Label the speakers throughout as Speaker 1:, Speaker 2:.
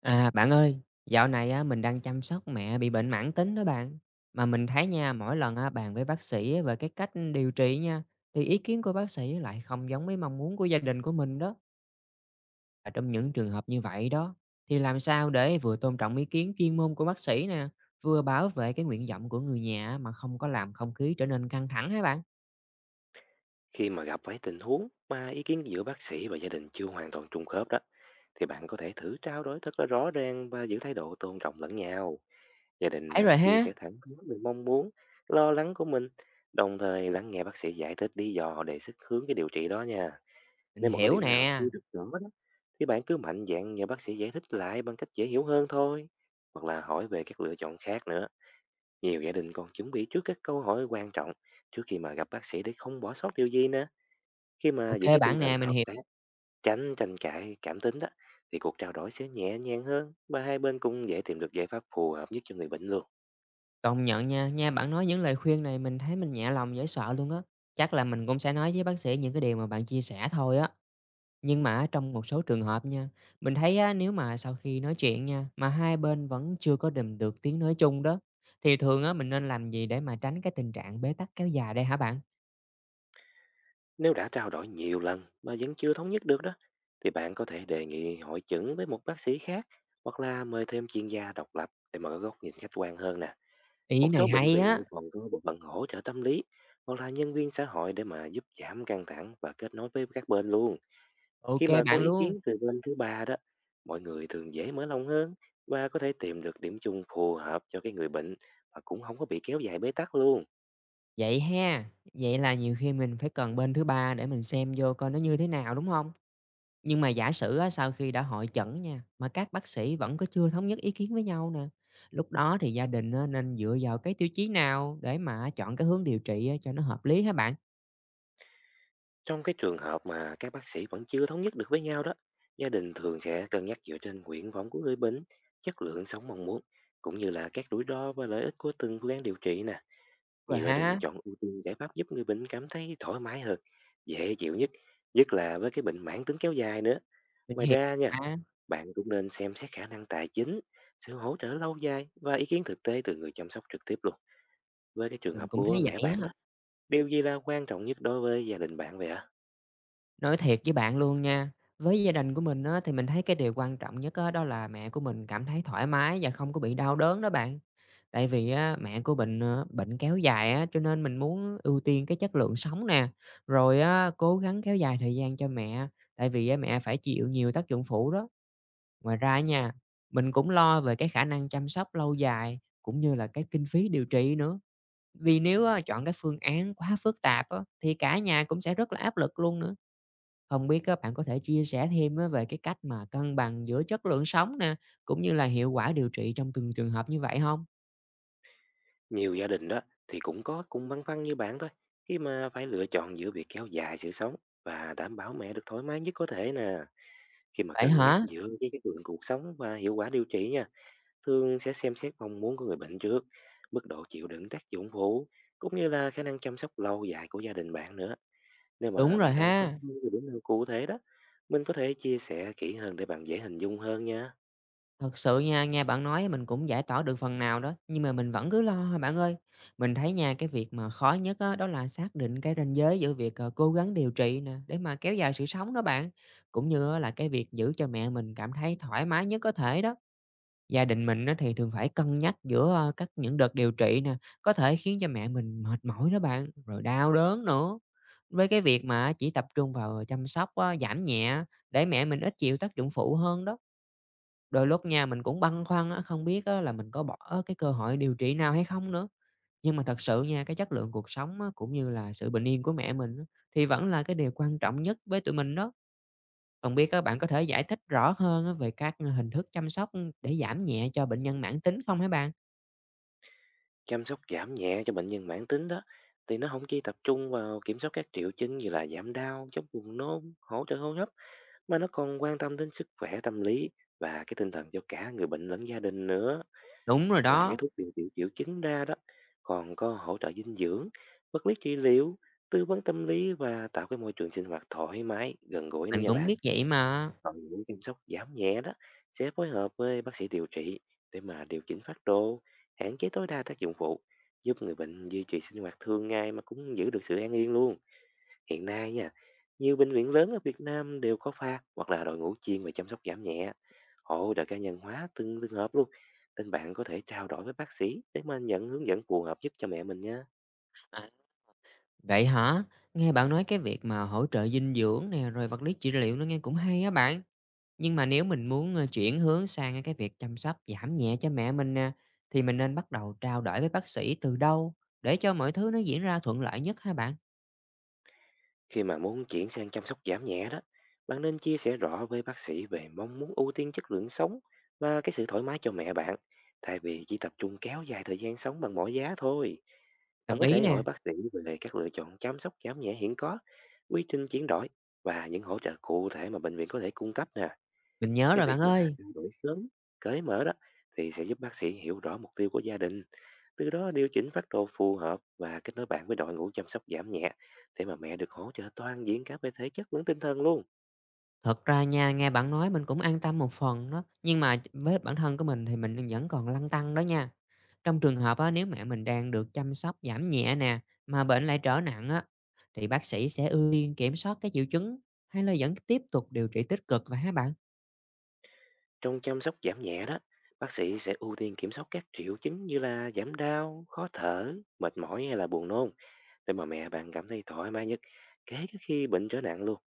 Speaker 1: À, bạn ơi, dạo này á, mình đang chăm sóc mẹ bị bệnh mãn tính đó bạn. Mà mình thấy nha, mỗi lần á, bàn với bác sĩ á, về cái cách điều trị nha, thì ý kiến của bác sĩ lại không giống với mong muốn của gia đình của mình đó. Và trong những trường hợp như vậy đó, thì làm sao để vừa tôn trọng ý kiến chuyên môn của bác sĩ nè, vừa bảo vệ cái nguyện vọng của người nhà á, mà không có làm không khí trở nên căng thẳng hả bạn?
Speaker 2: Khi mà gặp phải tình huống mà ý kiến giữa bác sĩ và gia đình chưa hoàn toàn trùng khớp đó, thì bạn có thể thử trao đổi thật là rõ ràng và giữ thái độ tôn trọng lẫn nhau. Gia đình
Speaker 1: Phải rồi
Speaker 2: nên chia
Speaker 1: ha,
Speaker 2: sẻ thẳng thắn về mong muốn, lo lắng của mình, đồng thời lắng nghe bác sĩ giải thích lý do để sức hướng cái điều trị đó nha.
Speaker 1: mình
Speaker 2: Nếu mà có
Speaker 1: hiểu
Speaker 2: điểm nào chưa
Speaker 1: nè.
Speaker 2: được rõ đó, thì bạn cứ mạnh dạn nhờ bác sĩ giải thích lại bằng cách dễ hiểu hơn thôi, hoặc là hỏi về các lựa chọn khác nữa. Nhiều gia đình còn chuẩn bị trước các câu hỏi quan trọng trước khi mà gặp bác sĩ để không bỏ sót điều gì nữa. Khi mà
Speaker 1: Ok
Speaker 2: giữ cái tinh
Speaker 1: bạn
Speaker 2: thần
Speaker 1: nè, mình
Speaker 2: hợp
Speaker 1: hiểu.
Speaker 2: tác, tránh tranh cãi, cảm tính đó, thì cuộc trao đổi sẽ nhẹ nhàng hơn và hai bên cũng dễ tìm được giải pháp phù hợp nhất cho người bệnh luôn.
Speaker 1: Công nhận nha, bạn nói những lời khuyên này mình thấy mình nhẹ lòng dễ sợ luôn á. Chắc là mình cũng sẽ nói với bác sĩ những cái điều mà bạn chia sẻ thôi á. Nhưng mà á, trong một số trường hợp nha, mình thấy á, nếu mà sau khi nói chuyện nha, mà hai bên vẫn chưa có đùm được tiếng nói chung đó, thì thường á, mình nên làm gì để mà tránh cái tình trạng bế tắc kéo dài đây hả bạn?
Speaker 2: Nếu đã trao đổi nhiều lần mà vẫn chưa thống nhất được đó, thì bạn có thể đề nghị hội chẩn với một bác sĩ khác hoặc là mời thêm chuyên gia độc lập để mà có góc nhìn khách quan hơn nè.
Speaker 1: Ý
Speaker 2: Một
Speaker 1: này
Speaker 2: số bệnh
Speaker 1: hay
Speaker 2: viện
Speaker 1: á,
Speaker 2: còn có bộ phận hỗ trợ tâm lý hoặc là nhân viên xã hội để mà giúp giảm căng thẳng và kết nối với các bên luôn.
Speaker 1: ok
Speaker 2: Khi mà có
Speaker 1: bạn
Speaker 2: ý
Speaker 1: luôn.
Speaker 2: kiến từ bên thứ ba đó, mọi người thường dễ mở lòng hơn và có thể tìm được điểm chung phù hợp cho cái người bệnh, và cũng không có bị kéo dài bế tắc luôn.
Speaker 1: Vậy ha, vậy là nhiều khi mình phải cần bên thứ ba để mình xem vô coi nó như thế nào đúng không? Nhưng mà giả sử á, sau khi đã hội chẩn nha, mà các bác sĩ vẫn có chưa thống nhất ý kiến với nhau nè, lúc đó thì gia đình á, nên dựa vào cái tiêu chí nào để mà chọn cái hướng điều trị á, cho nó hợp lý hả bạn?
Speaker 2: Trong cái trường hợp mà các bác sĩ vẫn chưa thống nhất được với nhau đó, gia đình thường sẽ cân nhắc dựa trên nguyện vọng của người bệnh, chất lượng sống mong muốn, cũng như là các rủi ro và lợi ích của từng phương án điều trị nè.
Speaker 1: Rồi
Speaker 2: Nhiều gia đình
Speaker 1: ha.
Speaker 2: chọn ưu tiên giải pháp giúp người bệnh cảm thấy thoải mái hơn, dễ chịu nhất, nhất là với cái bệnh mãn tính kéo dài nữa.
Speaker 1: Mình
Speaker 2: Ngoài
Speaker 1: hiểu
Speaker 2: ra nha,
Speaker 1: mà,
Speaker 2: bạn cũng nên xem xét khả năng tài chính, sự hỗ trợ lâu dài và ý kiến thực tế từ người chăm sóc trực tiếp luôn. Với cái trường
Speaker 1: mình
Speaker 2: hợp
Speaker 1: cũng
Speaker 2: của
Speaker 1: thấy
Speaker 2: mẹ
Speaker 1: vậy
Speaker 2: bạn
Speaker 1: á.
Speaker 2: đó, điều gì là quan trọng nhất đối với gia đình bạn vậy ạ?
Speaker 1: Nói thiệt với bạn luôn nha, với gia đình của mình á, thì mình thấy cái điều quan trọng nhất á, đó là mẹ của mình cảm thấy thoải mái và không có bị đau đớn đó bạn. Tại vì á, mẹ của bệnh, bệnh kéo dài á, cho nên mình muốn ưu tiên cái chất lượng sống nè, rồi á, cố gắng kéo dài thời gian cho mẹ, tại vì á, mẹ phải chịu nhiều tác dụng phụ đó. Ngoài ra nha, mình cũng lo về cái khả năng chăm sóc lâu dài, cũng như là cái kinh phí điều trị nữa. Vì nếu á, chọn cái phương án quá phức tạp á, thì cả nhà cũng sẽ rất là áp lực luôn nữa. Không biết các bạn có thể chia sẻ thêm á, về cái cách mà cân bằng giữa chất lượng sống nè, cũng như là hiệu quả điều trị trong từng trường hợp như vậy không?
Speaker 2: Nhiều gia đình đó thì cũng có cùng băn khoăn như bạn thôi, khi mà phải lựa chọn giữa việc kéo dài sự sống và đảm bảo mẹ được thoải mái nhất có thể nè. Khi mà
Speaker 1: Vậy
Speaker 2: cân nhắc
Speaker 1: hả?
Speaker 2: giữa cái chất lượng cuộc sống và hiệu quả điều trị nha, thường sẽ xem xét mong muốn của người bệnh trước, mức độ chịu đựng tác dụng phụ, cũng như là khả năng chăm sóc lâu dài của gia đình bạn nữa. Nếu
Speaker 1: Đúng
Speaker 2: mà
Speaker 1: rồi
Speaker 2: bạn đang phân
Speaker 1: ha.
Speaker 2: vân về điểm nào cụ thể đó, mình có thể chia sẻ kỹ hơn để bạn dễ hình dung hơn nha.
Speaker 1: Thật sự nha, nghe bạn nói mình cũng giải tỏa được phần nào đó, nhưng mà mình vẫn cứ lo thôi bạn ơi. Mình thấy nha, cái việc mà khó nhất á, đó là xác định cái ranh giới giữa việc, cố gắng điều trị nè, để mà kéo dài sự sống đó bạn, cũng như á là cái việc giữ cho mẹ mình cảm thấy thoải mái nhất có thể đó. Gia đình mình á thì thường phải cân nhắc giữa, các những đợt điều trị nè, có thể khiến cho mẹ mình mệt mỏi đó bạn, rồi đau đớn nữa. Với cái việc mà chỉ tập trung vào chăm sóc á, giảm nhẹ để mẹ mình ít chịu tác dụng phụ hơn đó. Đôi lúc nha, mình cũng băn khoăn á, không biết á là mình có bỏ cái cơ hội điều trị nào hay không nữa. Nhưng mà thật sự nha, cái chất lượng cuộc sống á, cũng như là sự bình yên của mẹ mình á, thì vẫn là cái điều quan trọng nhất với tụi mình đó. Không biết các bạn có thể giải thích rõ hơn á, về các hình thức chăm sóc để giảm nhẹ cho bệnh nhân mãn tính không hả bạn?
Speaker 2: Chăm sóc giảm nhẹ cho bệnh nhân mãn tính đó, thì nó không chỉ tập trung vào kiểm soát các triệu chứng như là giảm đau, chống buồn nôn, hỗ trợ hô hấp, mà nó còn quan tâm đến sức khỏe tâm lý và cái tinh thần cho cả người bệnh lẫn gia đình nữa.
Speaker 1: Đúng rồi
Speaker 2: Ngoài cái
Speaker 1: đó,
Speaker 2: thuốc điều trị triệu chứng ra đó, còn có hỗ trợ dinh dưỡng, vật lý trị liệu, tư vấn tâm lý và tạo cái môi trường sinh hoạt thoải mái, gần gũi nữa
Speaker 1: mình
Speaker 2: nha
Speaker 1: cũng
Speaker 2: bạn.
Speaker 1: biết vậy mà.
Speaker 2: Đội ngũ chăm sóc giảm nhẹ đó sẽ phối hợp với bác sĩ điều trị để mà điều chỉnh phác đồ, hạn chế tối đa tác dụng phụ, giúp người bệnh duy trì sinh hoạt thường ngày mà cũng giữ được sự an yên luôn. Hiện nay nha, nhiều bệnh viện lớn ở Việt Nam đều có pha hoặc là đội ngũ chuyên về chăm sóc giảm nhẹ, hỗ trợ cá nhân hóa từng trường hợp luôn. Nên bạn có thể trao đổi với bác sĩ để mà nhận hướng dẫn phù hợp nhất cho mẹ mình nha.
Speaker 1: À, vậy hả? Nghe bạn nói cái việc mà hỗ trợ dinh dưỡng nè, rồi vật lý trị liệu nó nghe cũng hay á bạn. Nhưng mà nếu mình muốn, chuyển hướng sang cái việc chăm sóc giảm nhẹ cho mẹ mình nè, thì mình nên bắt đầu trao đổi với bác sĩ từ đâu để cho mọi thứ nó diễn ra thuận lợi nhất ha bạn?
Speaker 2: Khi mà muốn chuyển sang chăm sóc giảm nhẹ đó, bạn nên chia sẻ rõ với bác sĩ về mong muốn ưu tiên chất lượng sống và cái sự thoải mái cho mẹ bạn, thay vì chỉ tập trung kéo dài thời gian sống bằng mọi giá thôi.
Speaker 1: Đồng
Speaker 2: Bạn có
Speaker 1: ý
Speaker 2: thể
Speaker 1: nè,
Speaker 2: hỏi bác sĩ về các lựa chọn chăm sóc giảm nhẹ hiện có, quy trình chuyển đổi và những hỗ trợ cụ thể mà bệnh viện có thể cung cấp nè.
Speaker 1: mình nhớ
Speaker 2: Cái
Speaker 1: rồi bạn
Speaker 2: việc mà
Speaker 1: ơi.
Speaker 2: trao đổi sớm, cởi mở đó thì sẽ giúp bác sĩ hiểu rõ mục tiêu của gia đình, từ đó điều chỉnh phác đồ phù hợp và kết nối bạn với đội ngũ chăm sóc giảm nhẹ để mà mẹ được hỗ trợ toàn diện cả về thể chất lẫn tinh thần luôn.
Speaker 1: Thật ra nha, nghe bạn nói mình cũng an tâm một phần đó, nhưng mà với bản thân của mình thì mình vẫn còn lăn tăn đó nha. Trong trường hợp á, nếu mẹ mình đang được chăm sóc giảm nhẹ nè, mà bệnh lại trở nặng á, thì bác sĩ sẽ ưu tiên kiểm soát cái triệu chứng hay là vẫn tiếp tục điều trị tích cực vậy hả bạn?
Speaker 2: Trong chăm sóc giảm nhẹ đó, bác sĩ sẽ ưu tiên kiểm soát các triệu chứng như là giảm đau, khó thở, mệt mỏi hay là buồn nôn để mà mẹ bạn cảm thấy thoải mái nhất, kể cả khi bệnh trở nặng luôn.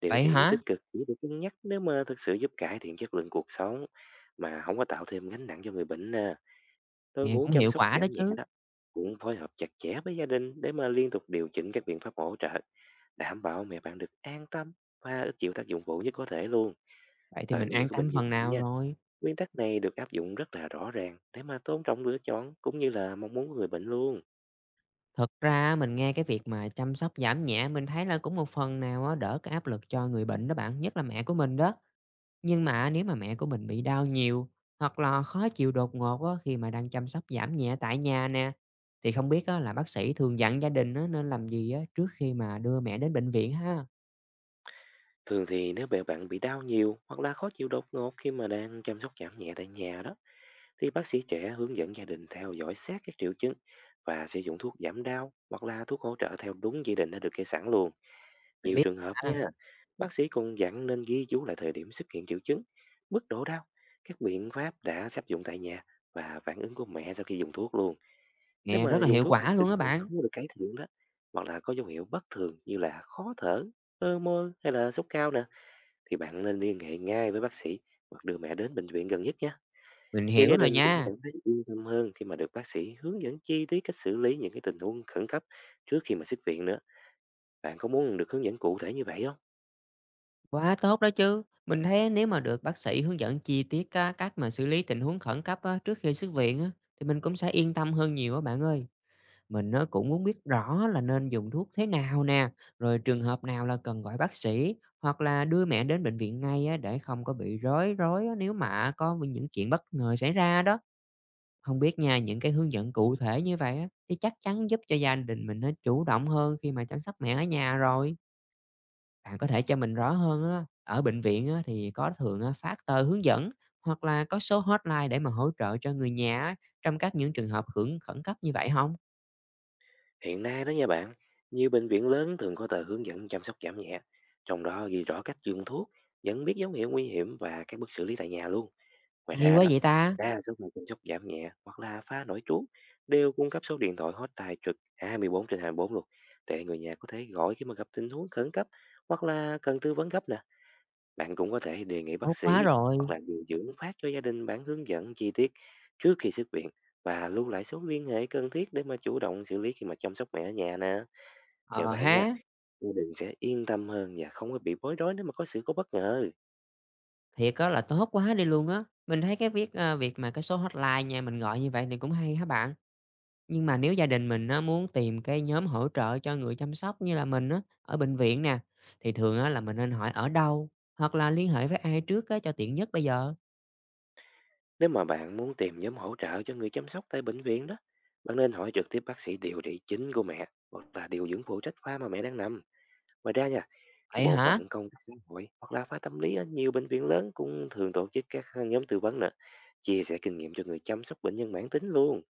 Speaker 2: Điều
Speaker 1: Vậy
Speaker 2: trị
Speaker 1: hả?
Speaker 2: tích cực chỉ được cân nhắc nếu mà thực sự giúp cải thiện chất lượng cuộc sống mà không có tạo thêm gánh nặng cho người bệnh nè. Đội
Speaker 1: Nghe
Speaker 2: ngũ
Speaker 1: cũng
Speaker 2: chăm
Speaker 1: hiệu
Speaker 2: sóc
Speaker 1: quả đó
Speaker 2: giảm nhẹ
Speaker 1: chứ,
Speaker 2: đó cũng phối hợp chặt chẽ với gia đình để mà liên tục điều chỉnh các biện pháp hỗ trợ, đảm bảo mẹ bạn được an tâm và ít chịu tác dụng phụ nhất có thể luôn.
Speaker 1: vậy thì
Speaker 2: Ở
Speaker 1: mình
Speaker 2: nhiều
Speaker 1: an
Speaker 2: cái
Speaker 1: tâm
Speaker 2: bệnh viện
Speaker 1: phần nào
Speaker 2: nha,
Speaker 1: rồi.
Speaker 2: nguyên tắc này được áp dụng rất là rõ ràng để mà tôn trọng lựa chọn cũng như là mong muốn của người bệnh luôn.
Speaker 1: Thật ra á, mình nghe cái việc mà chăm sóc giảm nhẹ mình thấy là cũng một phần nào á đỡ cái áp lực cho người bệnh đó bạn, nhất là mẹ của mình đó. Nhưng mà nếu mà mẹ của mình bị đau nhiều hoặc là khó chịu đột ngột á khi mà đang chăm sóc giảm nhẹ tại nhà nè, thì không biết á là bác sĩ thường dặn gia đình á nên làm gì á trước khi mà đưa mẹ đến bệnh viện ha?
Speaker 2: Thường thì nếu mẹ bạn bị đau nhiều hoặc là khó chịu đột ngột khi mà đang chăm sóc giảm nhẹ tại nhà đó, thì bác sĩ trẻ hướng dẫn gia đình theo dõi sát các triệu chứng và sử dụng thuốc giảm đau hoặc là thuốc hỗ trợ theo đúng chỉ định đã được kê sẵn luôn.
Speaker 1: Mình
Speaker 2: Nhiều
Speaker 1: biết
Speaker 2: trường hợp
Speaker 1: ha,
Speaker 2: nha, bác sĩ cũng dặn nên ghi chú lại thời điểm xuất hiện triệu chứng, mức độ đau, các biện pháp đã sắp dụng tại nhà và phản ứng của mẹ sau khi dùng thuốc luôn. Nếu
Speaker 1: nghe
Speaker 2: mà
Speaker 1: rất là
Speaker 2: dùng
Speaker 1: hiệu
Speaker 2: thuốc mà
Speaker 1: quả luôn
Speaker 2: tình
Speaker 1: á
Speaker 2: trạng
Speaker 1: bạn.
Speaker 2: không có được cải thiện đó, hoặc là có dấu hiệu bất thường như là khó thở, ơ môi hay là sốt cao nè, thì bạn nên liên hệ ngay với bác sĩ hoặc đưa mẹ đến bệnh viện gần nhất nha.
Speaker 1: Mình
Speaker 2: Nhiều
Speaker 1: hiểu
Speaker 2: gia
Speaker 1: rồi
Speaker 2: đình cũng
Speaker 1: nha.
Speaker 2: cảm thấy yên tâm hơn khi mà được bác sĩ hướng dẫn chi tiết cách xử lý những cái tình huống khẩn cấp trước khi mà xuất viện nữa. Bạn có muốn được hướng dẫn cụ thể như vậy không?
Speaker 1: Quá tốt đó chứ. Mình thấy nếu mà được bác sĩ hướng dẫn chi tiết á, cách mà xử lý tình huống khẩn cấp á, trước khi xuất viện á, thì mình cũng sẽ yên tâm hơn nhiều á bạn ơi. Mình nó cũng muốn biết rõ là nên dùng thuốc thế nào nè, rồi trường hợp nào là cần gọi bác sĩ hoặc là đưa mẹ đến bệnh viện ngay á, để không có bị rối rối á, nếu mà có những chuyện bất ngờ xảy ra đó. Không biết nha, những cái hướng dẫn cụ thể như vậy á, thì chắc chắn giúp cho gia đình mình nó chủ động hơn khi mà chăm sóc mẹ ở nhà rồi. Bạn có thể cho mình rõ hơn á, ở bệnh viện á, thì có thường á, phát tờ hướng dẫn hoặc là có số hotline để mà hỗ trợ cho người nhà á, trong các những trường hợp khẩn khẩn cấp như vậy không?
Speaker 2: Hiện nay đó nha bạn, nhiều bệnh viện lớn thường có tờ hướng dẫn chăm sóc giảm nhẹ, trong đó ghi rõ cách dùng thuốc, nhận biết dấu hiệu nguy hiểm và các bước xử lý tại nhà luôn. Ngoài
Speaker 1: Hay
Speaker 2: ra
Speaker 1: quá
Speaker 2: đó,
Speaker 1: vậy ta,
Speaker 2: đa số người chăm sóc giảm nhẹ hoặc là phá nổi trú đều cung cấp số điện thoại hotline trực 24 trên 24 luôn, để người nhà có thể gọi khi mà gặp tình huống khẩn cấp hoặc là cần tư vấn gấp nè. Bạn cũng có thể đề nghị
Speaker 1: tốt
Speaker 2: bác
Speaker 1: quá
Speaker 2: sĩ
Speaker 1: rồi.
Speaker 2: hoặc là điều dưỡng phát cho gia đình bản hướng dẫn chi tiết trước khi xuất viện và lưu lại số liên hệ cần thiết để mà chủ động xử lý khi mà chăm sóc mẹ ở nhà nè. Nhờ
Speaker 1: Ờ
Speaker 2: vậy nha,
Speaker 1: ha,
Speaker 2: gia đình sẽ yên tâm hơn và không có bị bối rối nếu mà có sự cố bất ngờ.
Speaker 1: thiệt á là tốt quá đi luôn á. Mình thấy cái việc mà cái số hotline nhà mình gọi như vậy thì cũng hay hả bạn. Nhưng mà nếu gia đình mình á, muốn tìm cái nhóm hỗ trợ cho người chăm sóc như là mình á, ở bệnh viện nè, thì thường á, là mình nên hỏi ở đâu hoặc là liên hệ với ai trước á, cho tiện nhất bây giờ.
Speaker 2: Nếu mà bạn muốn tìm nhóm hỗ trợ cho người chăm sóc tại bệnh viện đó, bạn nên hỏi trực tiếp bác sĩ điều trị chính của mẹ hoặc là điều dưỡng phụ trách khoa mà mẹ đang nằm. Ngoài ra nha, cái
Speaker 1: Vậy
Speaker 2: bộ
Speaker 1: hả?
Speaker 2: phận công tác xã hội hoặc là khoa tâm lý ở nhiều bệnh viện lớn cũng thường tổ chức các nhóm tư vấn nữa, chia sẻ kinh nghiệm cho người chăm sóc bệnh nhân mãn tính luôn.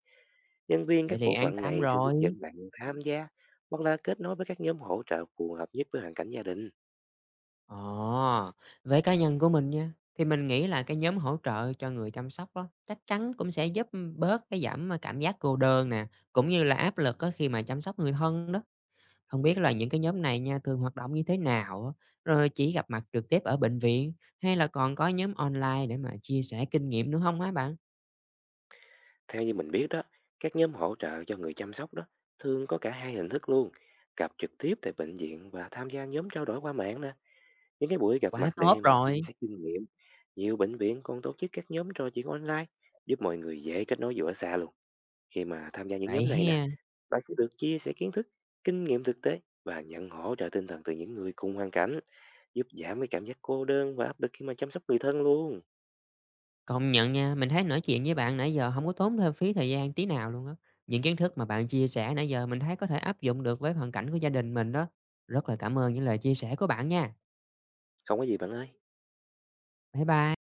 Speaker 2: Nhân viên
Speaker 1: Vậy
Speaker 2: các
Speaker 1: thì
Speaker 2: bộ
Speaker 1: an
Speaker 2: phận
Speaker 1: tâm
Speaker 2: này sẽ hướng
Speaker 1: rồi.
Speaker 2: dẫn bạn tham gia hoặc là kết nối với các nhóm hỗ trợ phù hợp nhất với hoàn cảnh gia đình.
Speaker 1: Ờ, với cá nhân của mình nha, thì mình nghĩ là cái nhóm hỗ trợ cho người chăm sóc đó chắc chắn cũng sẽ giúp bớt cái cảm giác cô đơn nè, cũng như là áp lực á khi mà chăm sóc người thân đó. Không biết là những cái nhóm này nha, thường hoạt động như thế nào á? Rồi chỉ gặp mặt trực tiếp ở bệnh viện, hay là còn có nhóm online để mà chia sẻ kinh nghiệm nữa không hả bạn?
Speaker 2: Theo như mình biết đó, các nhóm hỗ trợ cho người chăm sóc đó thường có cả hai hình thức luôn, gặp trực tiếp tại bệnh viện và tham gia nhóm trao đổi qua mạng nè. Những cái buổi gặp
Speaker 1: Quá
Speaker 2: mặt
Speaker 1: tốt
Speaker 2: để mà chia
Speaker 1: rồi!
Speaker 2: sẻ kinh nghiệm, nhiều bệnh viện còn tổ chức các nhóm trò chuyện online giúp mọi người dễ kết nối dù ở xa luôn. Khi mà tham gia những
Speaker 1: Vậy
Speaker 2: nhóm này nè,
Speaker 1: ha.
Speaker 2: bạn sẽ được chia sẻ kiến thức, kinh nghiệm thực tế và nhận hỗ trợ tinh thần từ những người cùng hoàn cảnh, giúp giảm cái cảm giác cô đơn và áp lực khi mà chăm sóc người thân luôn.
Speaker 1: Công nhận nha, mình thấy nói chuyện với bạn nãy giờ không có tốn thêm phí thời gian tí nào luôn á. Những kiến thức mà bạn chia sẻ nãy giờ mình thấy có thể áp dụng được với hoàn cảnh của gia đình mình đó. Rất là cảm ơn những lời chia sẻ của bạn nha.
Speaker 2: Không có gì bạn ơi.
Speaker 1: Bye bye.